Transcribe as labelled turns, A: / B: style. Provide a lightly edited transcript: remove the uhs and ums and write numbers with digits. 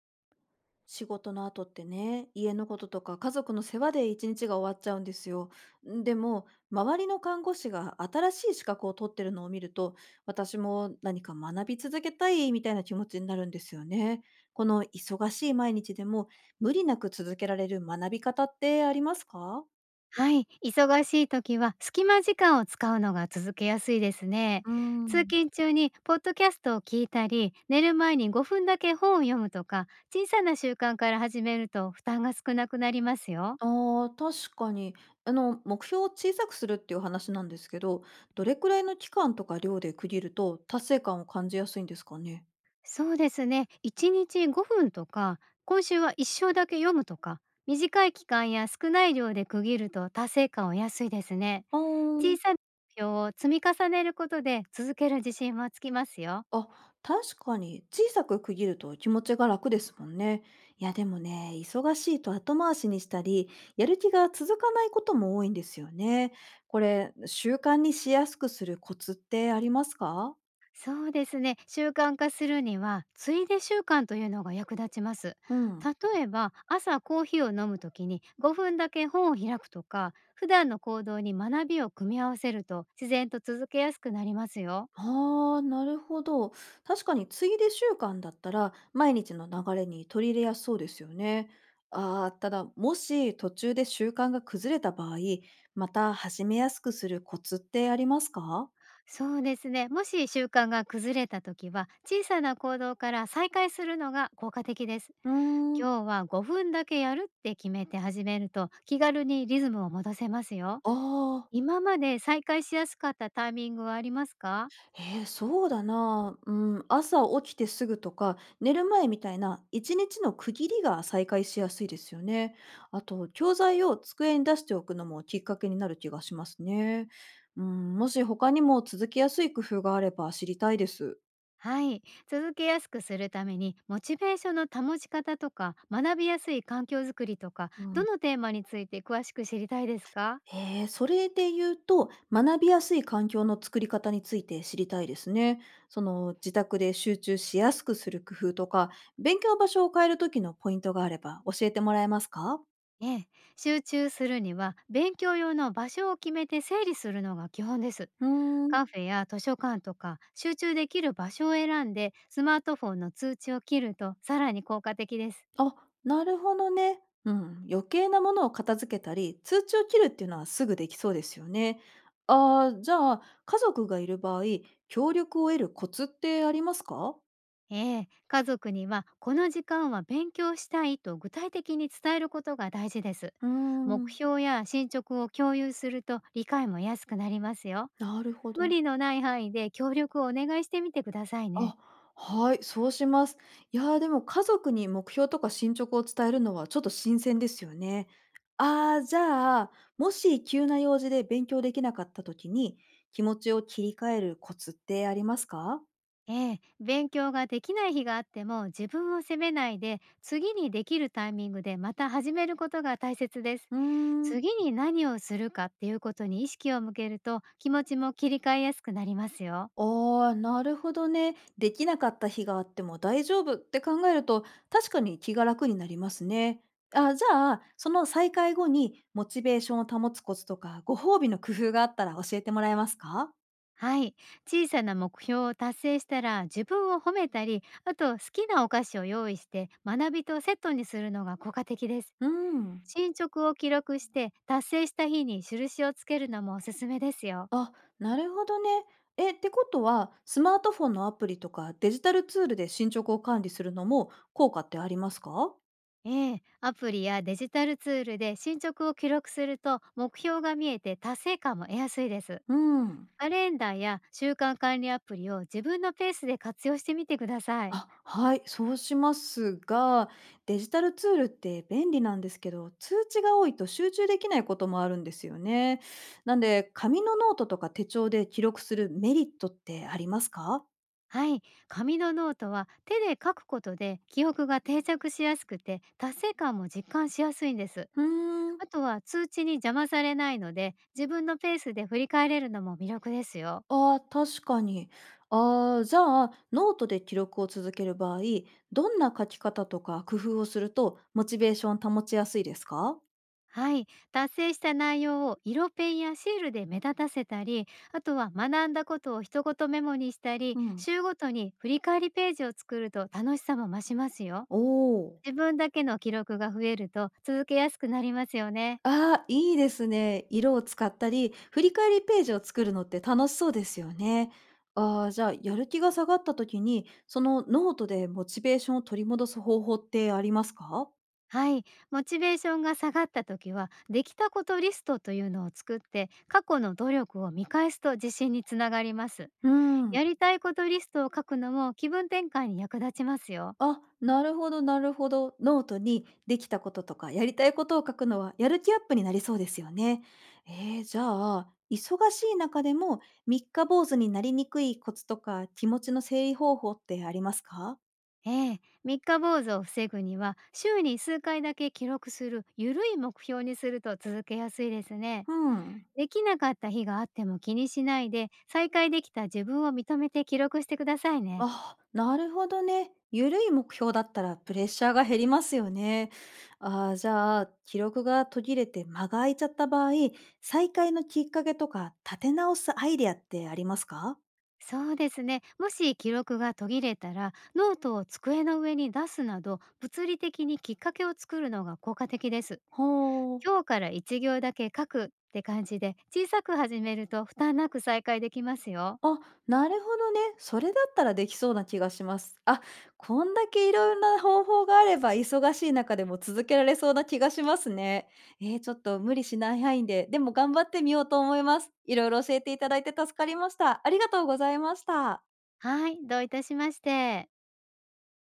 A: 仕事の後ってね、家のこととか家族の世話で一日が終わっちゃうんですよ。んでも、周りの看護師が新しい資格を取ってるのを見ると、私も何か学び続けたいみたいな気持ちになるんですよね。この忙しい毎日でも無理なく続けられる学び方ってありますか？
B: はい、忙しい時は隙間時間を使うのが続けやすいですね。
A: うー
B: 通
A: ん、
B: 勤中にポッドキャストを聞いたり、寝る前に5分だけ本を読むとか、小さな習慣から始めると負担が少なくなりますよ。
A: ああ、確かに。目標を小さくするっていう話なんですけど、どれくらいの期間とか量で区切ると達成感を感じやすいんですかね。
B: そうですね、1日5分とか、今週は一生だけ読むとか、短い期間や少ない量で区切ると達成感を安いですね。
A: あ
B: 小
A: ー。
B: さな目標を積み重ねることで続ける自信もつきますよ。
A: あ、確かに小さく区切ると気持ちが楽ですもんね。いやでもね、忙しいと後回しにしたり、やる気が続かないことも多いんですよね。これ、習慣にしやすくするコツってありますか？
B: そうですね。習慣化するには、ついで習慣というのが役立ちます。
A: うん。
B: 例えば、朝コーヒーを飲むときに5分だけ本を開くとか、普段の行動に学びを組み合わせると自然と続けやすくなりますよ。
A: ああ、なるほど。確かに、ついで習慣だったら、毎日の流れに取り入れやすそうですよね。ああ、ただ、もし途中で習慣が崩れた場合、また始めやすくするコツってありますか？
B: そうですね。もし習慣が崩れたときは、小さな行動から再開するのが効果的です。
A: うーん。
B: 今日は5分だけやるって決めて始めると、気軽にリズムを戻せますよ。
A: ああ、
B: 今まで再開しやすかったタイミングはありますか？
A: そうだな。うん、朝起きてすぐとか、寝る前みたいな1日の区切りが再開しやすいですよね。あと、教材を机に出しておくのもきっかけになる気がしますね。うん、もし他にも続きやすい工夫があれば知りたいです。
B: はい。続けやすくするために、モチベーションの保ち方とか、学びやすい環境づくりとか、
A: う
B: ど
A: ん。
B: のテーマについて詳しく知りたいですか？
A: へえ、それで言うと、学びやすい環境の作り方について知りたいですね。自宅で集中しやすくする工夫とか、勉強場所を変える時のポイントがあれば教えてもらえますか？
B: ええ、集中するには、勉強用の場所を決めて整理するのが基本です。
A: うーん。
B: カフェや図書館とか、集中できる場所を選んで、スマートフォンの通知を切ると、さらに効果的です。
A: あ、なるほどね。うん。余計なものを片付けたり、通知を切るっていうのはすぐできそうですよね。あー、じゃあ、家族がいる場合、協力を得るコツってありますか？
B: ええ、家族にはこの時間は勉強したいと具体的に伝えることが大事です。
A: うー
B: 目
A: ん。
B: 標や進捗を共有すると理解も安くなりますよ。
A: なるほ
B: 無
A: ど。
B: 理のない範囲で協力をお願いしてみてくださいね。
A: あ、はい、そうします。いやー、でも家族に目標とか進捗を伝えるのはちょっと新鮮ですよね。ああ、じゃあ、もし急な用事で勉強できなかった時に気持ちを切り替えるコツってありますか？
B: ええ、勉強ができない日があっても自分を責めないで次にできるタイミングでまた始めることが大切です。
A: うーん。
B: 次に何をするかっていうことに意識を向けると気持ちも切り替えやすくなりますよ。
A: ああ、なるほどね。できなかった日があっても大丈夫って考えると確かに気が楽になりますね。あじゃあ、その再開後にモチベーションを保つコツとかご褒美の工夫があったら教えてもらえますか？
B: はい。小さな目標を達成したら自分を褒めたり、あと好きなお菓子を用意して学びとセットにするのが効果的です。
A: うん。
B: 進捗を記録して達成した日に印をつけるのもおすすめですよ。
A: あ、なるほどね。え、ってことは、スマートフォンのアプリとかデジタルツールで進捗を管理するのも効果ってありますか？
B: ええ、アプリやデジタルツールで進捗を記録すると目標が見えて達成感も得やすいです。
A: うん。
B: カレンダーや習慣管理アプリを自分のペースで活用してみてください。
A: あ、はい、そうしますが、デジタルツールって便利なんですけど、通知が多いと集中できないこともあるんですよね。なんで、紙のノートとか手帳で記録するメリットってありますか？
B: はい、紙のノートは手で書くことで記憶が定着しやすくて達成感も実感しやすいんです。
A: うーん。
B: あとは通知に邪魔されないので自分のペースで振り返れるのも魅力ですよ。
A: ああ、確かに。ああ、じゃあ、ノートで記録を続ける場合、どんな書き方とか工夫をすると、モチベーション保ちやすいですか？
B: はい、達成した内容を色ペンやシールで目立たせたり、あとは学んだことを一言メモにしたり、
A: うん。
B: 週ごとに振り返りページを作ると楽しさも増しますよ。
A: おお。
B: 自分だけの記録が増えると続けやすくなりますよね。
A: ああ、いいですね。色を使ったり、振り返りページを作るのって楽しそうですよね。ああ、じゃあ、やる気が下がった時に、そのノートでモチベーションを取り戻す方法ってありますか？
B: はい、モチベーションが下がった時はできたことリストというのを作って過去の努力を見返すと自信につながります。
A: うん。
B: やりたいことリストを書くのも気分転換に役立ちますよ。
A: あ、なるほどなるほど。ノートにできたこととか、やりたいことを書くのは、やる気アップになりそうですよね。ええ、じゃあ、忙しい中でも三日坊主になりにくいコツとか、気持ちの整理方法ってありますか？
B: ええ、三日坊主を防ぐには週に数回だけ記録するゆるい目標にすると続けやすいですね。
A: ふーん。
B: できなかった日があっても気にしないで再開できた自分を認めて記録してくださいね。
A: あ、なるほどね。ゆるい目標だったらプレッシャーが減りますよね。ああ、じゃあ、記録が途切れて間が空いちゃった場合、再開のきっかけとか、立て直すアイデアってありますか？
B: そうですね。もし記録が途切れたら、ノートを机の上に出すなど、物理的にきっかけを作るのが効果的です。
A: ほう。
B: 今日から一行だけ書くって感じで、小さく始めると負担なく再開できますよ。
A: あ、なるほどね。それだったらできそうな気がします。あ、こんだけいろんな方法があれば、忙しい中でも続けられそうな気がしますね。ちょっと無理しない範囲で、でも頑張ってみようと思います。いろいろ教えていただいて助かりました。ありがとうございました。
B: はい、どういたしまして。